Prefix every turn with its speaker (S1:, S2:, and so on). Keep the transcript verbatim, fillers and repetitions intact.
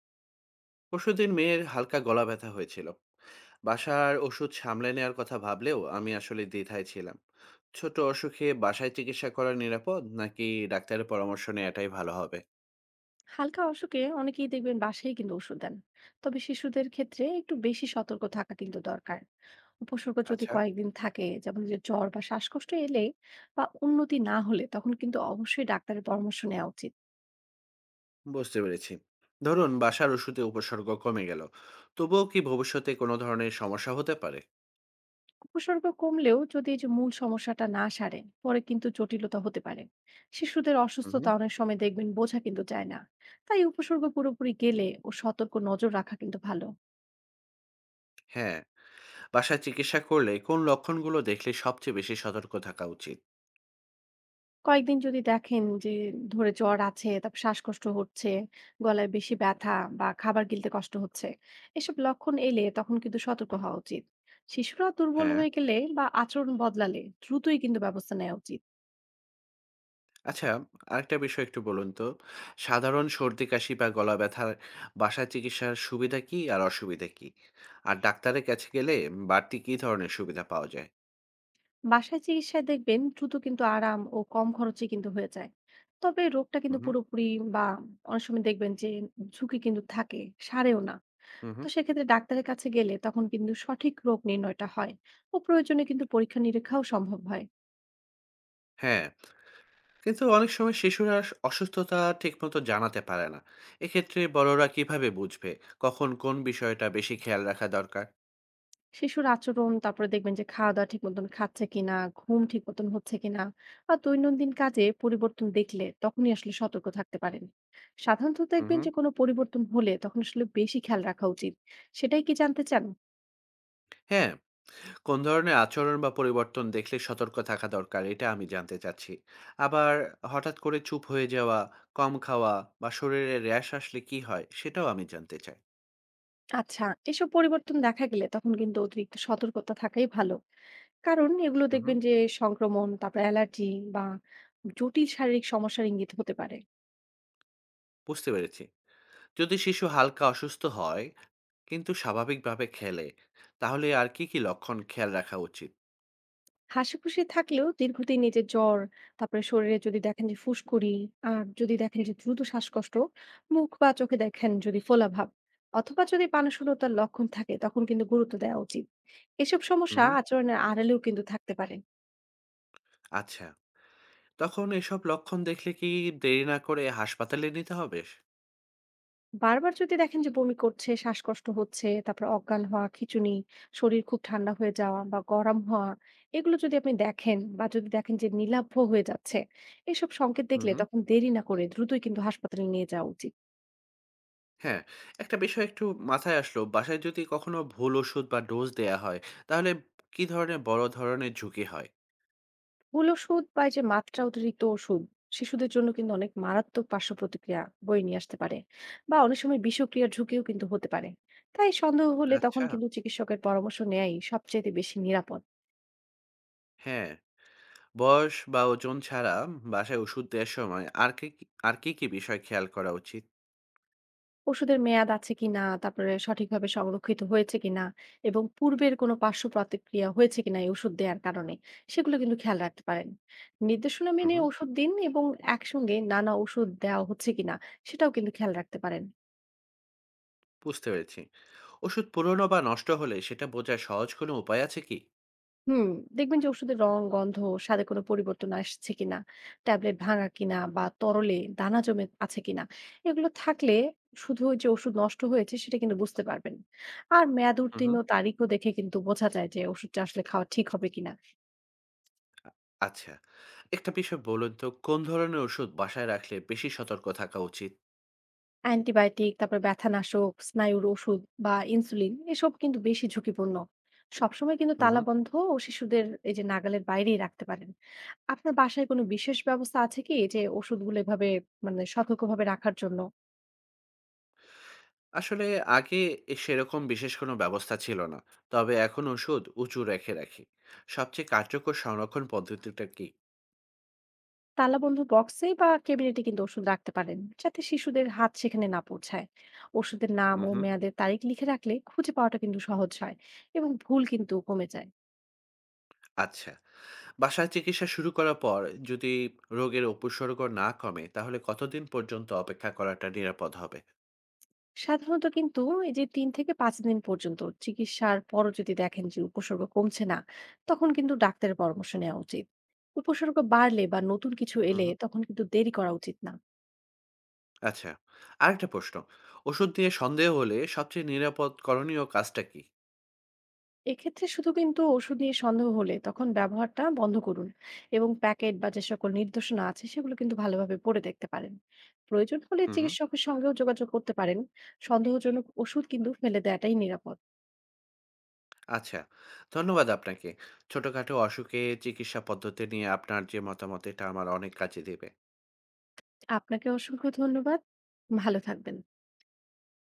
S1: পরশুদিন মেয়ের হালকা গলা ব্যথা হয়েছিল। বাসার ওষুধ সামলে নেওয়ার কথা ভাবলেও আমি আসলে দ্বিধায় ছিলাম। ছোট অসুখে বাসায় চিকিৎসা করা নিরাপদ নাকি ডাক্তারের পরামর্শ নেওয়াটাই ভালো হবে?
S2: হালকা অসুখে অনেকেই দেখবেন বাসায় কিন্তু ওষুধ দেন। তবে শিশুদের ক্ষেত্রে একটু বেশি সতর্ক থাকা কিন্তু দরকার। উপসর্গ যদি
S1: আচ্ছা।
S2: কয়েকদিন থাকে, যেমন যে জ্বর বা শ্বাসকষ্ট এলে বা উন্নতি না হলে, তখন কিন্তু অবশ্যই ডাক্তারের পরামর্শ নেওয়া উচিত।
S1: বুঝতে পেরেছি। ধরুন বাসার ওষুধে উপসর্গ কমে গেল, তবুও কি ভবিষ্যতে কোনো ধরনের সমস্যা হতে পারে?
S2: উপসর্গ কমলেও যদি এই যে মূল সমস্যাটা না সারে, পরে কিন্তু জটিলতা হতে পারে। শিশুদের অসুস্থতা
S1: হুম।
S2: অনেক সময় দেখবেন বোঝা কিন্তু যায় না। তাই উপসর্গ পুরোপুরি গেলে ও সতর্ক নজর রাখা কিন্তু ভালো।
S1: হ্যাঁ। বাসায় চিকিৎসা করলে কোন লক্ষণগুলো দেখলে সবচেয়ে বেশি সতর্ক থাকা উচিত?
S2: কয়েকদিন যদি দেখেন যে ধরে জ্বর আছে, তারপর শ্বাসকষ্ট হচ্ছে, গলায় বেশি ব্যথা বা খাবার গিলতে কষ্ট হচ্ছে, এসব লক্ষণ এলে তখন কিন্তু সতর্ক হওয়া উচিত। শিশুরা দুর্বল
S1: হ্যাঁ।
S2: হয়ে গেলে বা আচরণ বদলালে দ্রুতই কিন্তু ব্যবস্থা নেওয়া উচিত।
S1: আচ্ছা, আরেকটা বিষয় একটু বলুন তো, সাধারণ সর্দি-কাশি বা গলা ব্যথার বাসায় চিকিৎসার সুবিধা কি আর অসুবিধা কি? আর ডাক্তারের কাছে গেলে বাড়তি কি ধরনের সুবিধা পাওয়া যায়?
S2: বাসায় চিকিৎসায় দেখবেন দ্রুত কিন্তু আরাম ও কম খরচে কিন্তু হয়ে যায়। তবে রোগটা
S1: হু,
S2: কিন্তু
S1: হু,
S2: পুরোপুরি বা অনেক সময় দেখবেন যে ঝুঁকি কিন্তু থাকে, সারেও না।
S1: হু, হু।
S2: তো সেক্ষেত্রে ডাক্তারের কাছে গেলে তখন কিন্তু সঠিক রোগ নির্ণয়টা হয় ও প্রয়োজনে কিন্তু পরীক্ষা নিরীক্ষাও সম্ভব হয়।
S1: হ্যাঁ, কিন্তু অনেক সময় শিশুরা অস অসুস্থতা ঠিকমতো জানাতে পারে না। এক্ষেত্রে বড়রা কিভাবে বুঝবে কখন কোন বিষয়টা বেশি খেয়াল রাখা দরকার?
S2: শিশুর আচরণ, তারপরে দেখবেন যে খাওয়া-দাওয়া ঠিক মতন খাচ্ছে কিনা, ঘুম ঠিক মতন হচ্ছে কিনা বা দৈনন্দিন কাজে পরিবর্তন দেখলে তখনই আসলে সতর্ক থাকতে পারেন। সাধারণত
S1: হুম,
S2: দেখবেন
S1: হুম।
S2: যে কোনো পরিবর্তন হলে তখন আসলে বেশি খেয়াল রাখা উচিত। সেটাই কি জানতে চান?
S1: হ্যাঁ। কোন ধরনের আচরণ বা পরিবর্তন দেখলে সতর্ক থাকা দরকার এটা আমি জানতে চাচ্ছি। আবার হঠাৎ করে চুপ হয়ে যাওয়া, কম খাওয়া বা শরীরে র্যাশ আসলে কি হয় সেটাও আমি জানতে চাই।
S2: আচ্ছা, এসব পরিবর্তন দেখা গেলে তখন কিন্তু অতিরিক্ত সতর্কতা থাকাই ভালো। কারণ এগুলো
S1: হুম।
S2: দেখবেন যে সংক্রমণ, তারপর অ্যালার্জি বা জটিল শারীরিক সমস্যার ইঙ্গিত হতে পারে।
S1: বুঝতে পেরেছি। যদি শিশু হালকা অসুস্থ হয় কিন্তু স্বাভাবিকভাবে খেলে, তাহলে আর কি কি লক্ষণ খেয়াল রাখা উচিত?
S2: হাসি-খুশি থাকলেও দীর্ঘদিন এই যে জ্বর, তারপরে শরীরে যদি দেখেন যে ফুসকুড়ি, আর যদি দেখেন যে দ্রুত শ্বাসকষ্ট, মুখ বা চোখে দেখেন যদি ফোলাভাব অথবা যদি পানিশূন্যতার লক্ষণ থাকে, তখন কিন্তু গুরুত্ব দেওয়া উচিত। এসব সমস্যা
S1: হুম।
S2: আচরণের আড়ালেও কিন্তু থাকতে পারে।
S1: আচ্ছা, তখন এসব লক্ষণ দেখলে কি দেরি না করে হাসপাতালে নিতে হবে?
S2: বারবার যদি দেখেন যে বমি করছে, শ্বাসকষ্ট হচ্ছে, তারপর অজ্ঞান হওয়া, খিঁচুনি, শরীর খুব ঠান্ডা হয়ে যাওয়া বা গরম হওয়া, এগুলো যদি আপনি দেখেন বা যদি দেখেন যে নির্লিপ্ত হয়ে যাচ্ছে, এসব সংকেত
S1: হুম।
S2: দেখলে তখন দেরি না করে দ্রুতই কিন্তু হাসপাতালে নিয়ে যাওয়া উচিত।
S1: হ্যাঁ, একটা বিষয় একটু মাথায় আসলো। বাসায় যদি কখনো ভুল ওষুধ বা ডোজ দেয়া হয়, তাহলে কি ধরনের বড় ধরনের ঝুঁকি হয়?
S2: ভুল ওষুধ বা এই যে মাত্রা অতিরিক্ত ওষুধ শিশুদের জন্য কিন্তু অনেক মারাত্মক পার্শ্ব প্রতিক্রিয়া বয়ে নিয়ে আসতে পারে বা অনেক সময় বিষক্রিয়ার ঝুঁকিও কিন্তু হতে পারে। তাই সন্দেহ হলে তখন
S1: আচ্ছা,
S2: কিন্তু চিকিৎসকের পরামর্শ নেয়াই সবচেয়ে বেশি নিরাপদ।
S1: হ্যাঁ। বয়স বা ওজন ছাড়া বাসায় ওষুধ দেওয়ার সময় আর কি, কি আর কি, কি বিষয় খেয়াল করা উচিত?
S2: ওষুধের মেয়াদ আছে কিনা, তারপরে সঠিকভাবে সংরক্ষিত হয়েছে কিনা এবং পূর্বের কোনো পার্শ্ব প্রতিক্রিয়া হয়েছে কিনা এই ওষুধ দেওয়ার কারণে, সেগুলো কিন্তু খেয়াল রাখতে পারেন। নির্দেশনা
S1: হুম,
S2: মেনে
S1: হুম।
S2: ওষুধ দিন এবং একসঙ্গে নানা ওষুধ দেওয়া হচ্ছে কিনা সেটাও কিন্তু খেয়াল রাখতে পারেন।
S1: বুঝতে পেরেছি। ওষুধ পুরনো বা নষ্ট হলে সেটা বোঝার সহজ কোনো উপায় আছে কি?
S2: হুম দেখবেন যে ওষুধের রং, গন্ধ, স্বাদে কোনো পরিবর্তন আসছে কিনা, ট্যাবলেট ভাঙা কিনা বা তরলে দানা জমে আছে কিনা, এগুলো থাকলে শুধু ওই যে ওষুধ নষ্ট হয়েছে সেটা কিন্তু বুঝতে পারবেন। আর মেয়াদ
S1: হুম,
S2: উত্তীর্ণ
S1: হুম।
S2: তারিখও দেখে কিন্তু বোঝা যায় যে ওষুধটা আসলে খাওয়া ঠিক হবে কিনা।
S1: আচ্ছা, একটা বিষয় বলুন তো, কোন ধরনের ওষুধ বাসায় রাখলে বেশি সতর্ক থাকা উচিত?
S2: অ্যান্টিবায়োটিক, তারপর ব্যথানাশক, স্নায়ুর ওষুধ বা ইনসুলিন এসব কিন্তু বেশি ঝুঁকিপূর্ণ। সবসময় কিন্তু
S1: হুম, হুম।
S2: তালাবন্ধ ও শিশুদের এই যে নাগালের বাইরেই রাখতে পারেন। আপনার বাসায় কোনো বিশেষ ব্যবস্থা আছে কি, যে ওষুধগুলো এভাবে মানে সতর্কভাবে রাখার জন্য?
S1: আসলে আগে এ সেরকম বিশেষ কোনো ব্যবস্থা ছিল না, তবে এখন ওষুধ উঁচু রেখে রাখি। সবচেয়ে কার্যকর সংরক্ষণ পদ্ধতিটা কি?
S2: তালাবন্ধ বক্সে বা ক্যাবিনেটে কিন্তু ওষুধ রাখতে পারেন, যাতে শিশুদের হাত সেখানে না পৌঁছায়। ওষুধের নাম
S1: হুম,
S2: ও
S1: হুম।
S2: মেয়াদের তারিখ লিখে রাখলে খুঁজে পাওয়াটা কিন্তু সহজ হয় এবং ভুল কিন্তু কমে যায়।
S1: আচ্ছা, বাসায় চিকিৎসা শুরু করার পর যদি রোগের উপসর্গ না কমে, তাহলে কতদিন পর্যন্ত অপেক্ষা করাটা নিরাপদ হবে?
S2: সাধারণত কিন্তু এই যে তিন থেকে পাঁচ দিন পর্যন্ত চিকিৎসার পরও যদি দেখেন যে উপসর্গ কমছে না, তখন কিন্তু ডাক্তারের পরামর্শ নেওয়া উচিত। উপসর্গ বাড়লে বা নতুন কিছু
S1: হুম,
S2: এলে
S1: হুম।
S2: তখন কিন্তু দেরি করা উচিত না।
S1: আচ্ছা, আরেকটা প্রশ্ন। ওষুধ নিয়ে সন্দেহ হলে সবচেয়ে নিরাপদ করণীয় কাজটা কি?
S2: এক্ষেত্রে শুধু কিন্তু ওষুধ নিয়ে সন্দেহ হলে তখন ব্যবহারটা বন্ধ করুন এবং প্যাকেট বা যে সকল নির্দেশনা আছে সেগুলো কিন্তু ভালোভাবে পড়ে দেখতে পারেন। প্রয়োজন হলে
S1: হুম, হুম।
S2: চিকিৎসকের সঙ্গেও যোগাযোগ করতে পারেন। সন্দেহজনক ওষুধ কিন্তু ফেলে দেওয়াটাই নিরাপদ।
S1: আচ্ছা, ধন্যবাদ আপনাকে। ছোটখাটো অসুখে চিকিৎসা পদ্ধতি নিয়ে আপনার যে মতামত, এটা আমার অনেক কাজে দেবে।
S2: আপনাকে অসংখ্য ধন্যবাদ। ভালো থাকবেন।